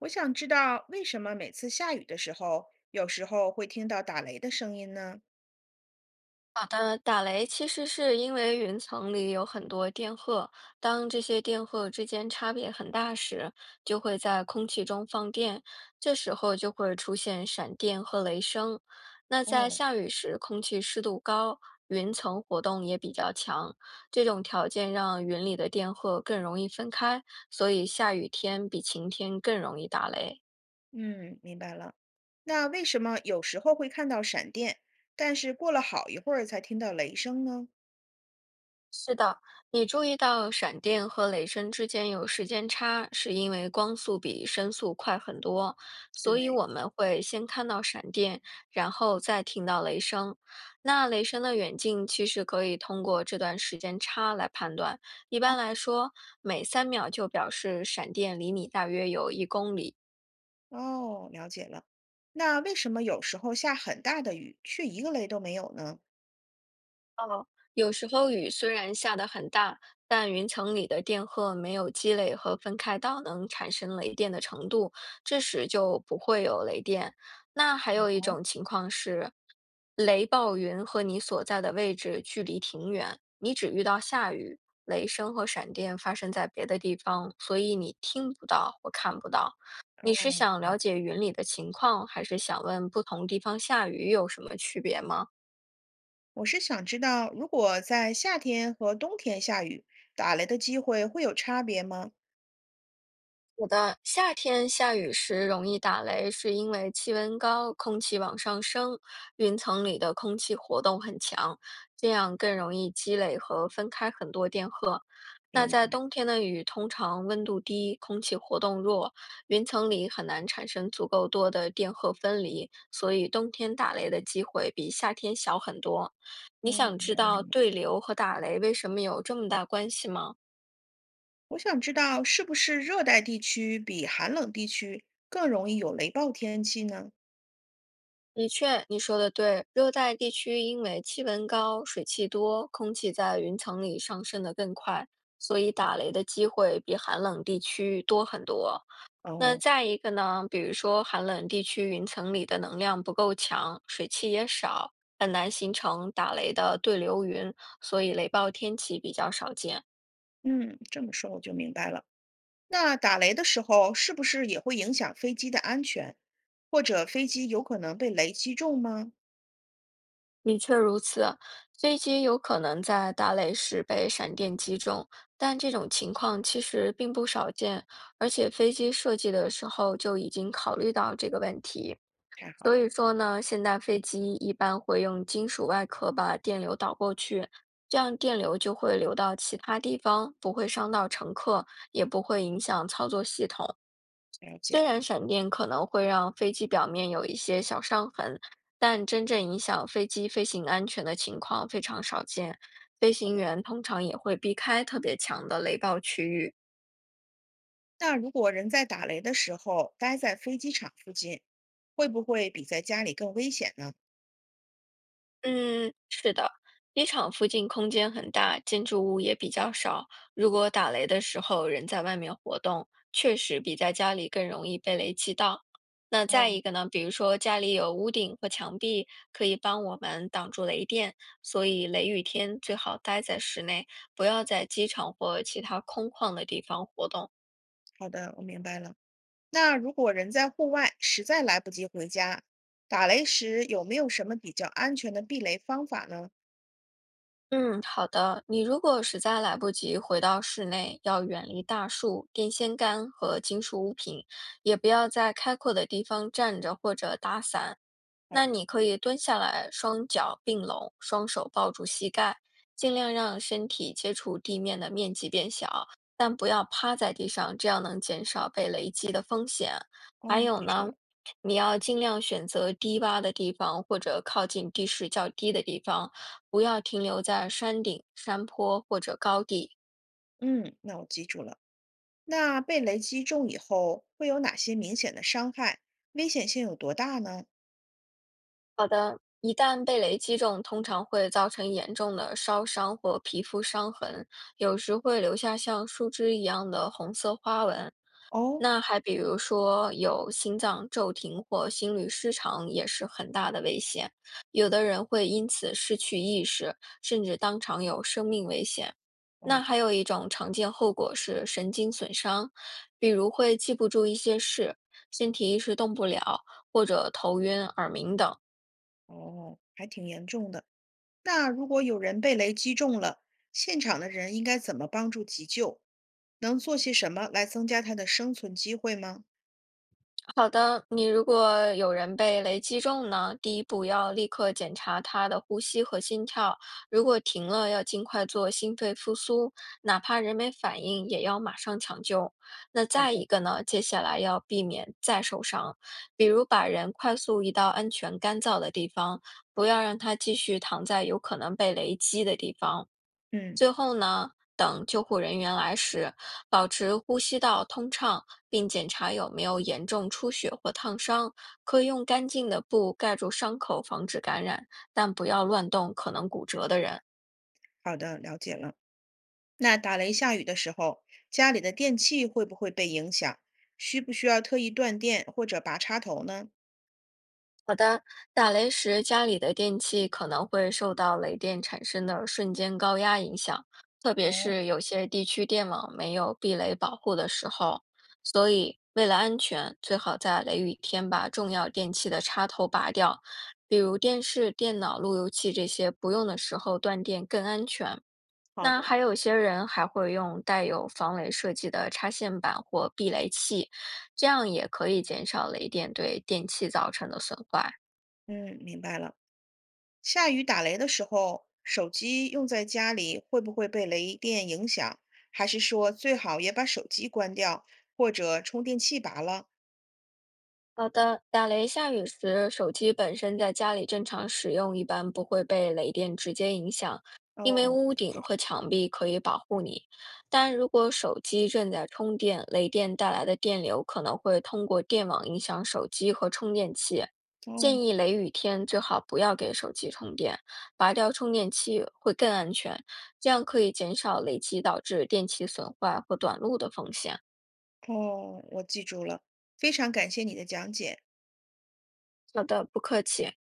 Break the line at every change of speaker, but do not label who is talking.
我想知道为什么每次下雨的时候，有时候会听到打雷的声音呢？
好的，打雷其实是因为云层里有很多电荷，当这些电荷之间差别很大时，就会在空气中放电，这时候就会出现闪电和雷声。那在
哦，
下雨时，空气湿度高，云层活动也比较强，这种条件让云里的电荷更容易分开，所以下雨天比晴天更容易打雷。
嗯，明白了。那为什么有时候会看到闪电，但是过了好一会儿才听到雷声呢？
是的，你注意到闪电和雷声之间有时间差，是因为光速比声速快很多，所以
对，
我们会先看到闪电，然后再听到雷声。那雷声的远近其实可以通过这段时间差来判断。一般来说，每3秒就表示闪电离你大约有1公里。
哦，了解了。那为什么有时候下很大的雨，却一个雷都没有呢？
哦，有时候雨虽然下得很大，但云层里的电荷没有积累和分开到能产生雷电的程度，这时就不会有雷电。那还有一
哦，
种情况是，雷暴云和你所在的位置距离挺远，你只遇到下雨，雷声和闪电发生在别的地方，所以你听不到或看不到。你是
哦，
想
了
了
解。
解云里的情况，还是想问不同地方下雨有什么区别吗？
我是想知道，如果在夏天和冬天下雨，打雷的机会会有差别吗？
有的，夏天下雨时容易打雷，是因为气温高，空气往上升，云层里的空气活动很强，这样更容易积累和分开很多电荷。那在
明
冬天的雨，通常温度低，空气活动弱，云层里很难产生足够多的电荷分离，所以冬天打雷的机会比夏天小很多。你
嗯哦，
想知道对
了。
流和打雷为什么有这么大关系吗？
我想知道是不是热带地区比寒冷地区更容易有雷暴天气呢？
的确，你说的对。热带地区因为气温高、水汽多，空气在云层里上升得更快，所以打雷的机会比寒冷地区多很多。那
哦，
再一个呢，比如说寒冷地区云层里的能量不够强，水汽也少，很难形成打雷的对流云，所以雷暴天气比较少见。
嗯，这么说我就明白了。那打雷的时候是不是也会影响飞机的安全，或者飞机有可能被雷击中吗？
的确如此，飞机有可能在打雷时被闪电击中，但这种情况其实并不少见，而且飞机设计的时候就已经考虑到这个问题。
太好了，
所以说呢，现代飞机一般会用金属外壳把电流导过去，这样电流就会流到其他地方，不会伤到乘客，也不会影响操作系统。
了解。
虽然闪电可能会让飞机表面有一些小伤痕，但真正影响飞机飞行安全的情况非常少见。飞行员通常也会避开特别强的雷暴区域，
那如果人在打雷的时候待在飞机场附近，会不会比在家里更危险呢？
嗯，是的，机场附近空间很大，建筑物也比较少。如果打雷的时候人在外面活动，确实比在家里更容易被雷击到。那
哦，
再一个呢，比如说家里有屋顶和墙壁，可以帮我们挡住雷电，所以雷雨天最好待在室内，不要在机场或其他空旷的地方活动。
好的，我明白了。那如果人在户外，实在来不及回家，打雷时有没有什么比较安全的避雷方法呢？
嗯，好的。你如果实在来不及回到室内，要远离大树、电线杆和金属物品，也不要在开阔的地方站着或者打伞。
好，
那你可以蹲下来，双脚并拢，双手抱住膝盖，尽量让身体接触地面的面积变小，但不要趴在地上，这样能减少被雷击的风险。
哦，
还有
记住
呢，
了。
你要尽量选择低洼的地方或者靠近地势较低的地方。不要停留在山顶、山坡或者高地。
嗯，那我记住了。那被雷击中以后会有哪些明显的伤害？危险性有多大呢？
一旦被雷击中，通常会造成严重的烧伤或皮肤伤痕，有时会留下像树枝一样的红色花纹。
哦，
那还比如说有心脏骤停或心律失常也是很大的危险，有的人会因此失去意识，甚至当场有生命危险。那
哇，
还有一种常见后果是神经损伤，比如会记不住一些事，身体一时动不了，或者头晕、耳鸣等。
哦，还挺严重的。那如果有人被雷击中了，现场的人应该怎么帮助急救？能做些什么来增加他的生存机会吗？
好的，你如果有人被雷击中呢，第一步要立刻检查他的呼吸和心跳，如果停了，要尽快做心肺复苏，哪怕人没反应，也要马上抢救。那
好
再
的，
一个呢，接下来要避免再受伤，比如把人快速移到安全干燥的地方，不要让他继续躺在有可能被雷击的地方。
嗯，
最后呢，等救护人员来时，保持呼吸道通畅，并检查有没有严重出血或烫伤，可以用干净的布盖住伤口，防止感染，但不要乱动可能骨折的人。
好的，了解了。那打雷下雨的时候，家里的电器会不会被影响？需不需要特意断电或者拔插头呢？
好的，打雷时家里的电器可能会受到雷电产生的瞬间高压影响，特别
哦，
是有些地区电网没有避雷保护的时候。所以，为了安全，最好在雷雨天把重要电器的插头拔掉，比如电视、电脑、路由器这些不用的时候断电更安全。
好
那
的，
还有些人还会用带有防雷设计的插线板或避雷器，这样也可以减少雷电对电器造成的损坏。
嗯，明白了。下雨打雷的时候，手机用在家里会不会被雷电影响？还是说最好也把手机关掉，或者充电器拔了？
好的，打雷下雨时，手机本身在家里正常使用，一般不会被雷电直接影响，因为
哦，
屋
那就
顶
好。
和墙壁可以保护你。但如果手机正在充电，雷电带来的电流可能会通过电网影响手机和充电器。
哦
建议雷雨天最好不要给手机充电，拔掉充电器会更安全，这样可以减少雷击导致电器损坏或短路的风险。
哦，我记住了，非常感谢你的讲解。
好的，不客气。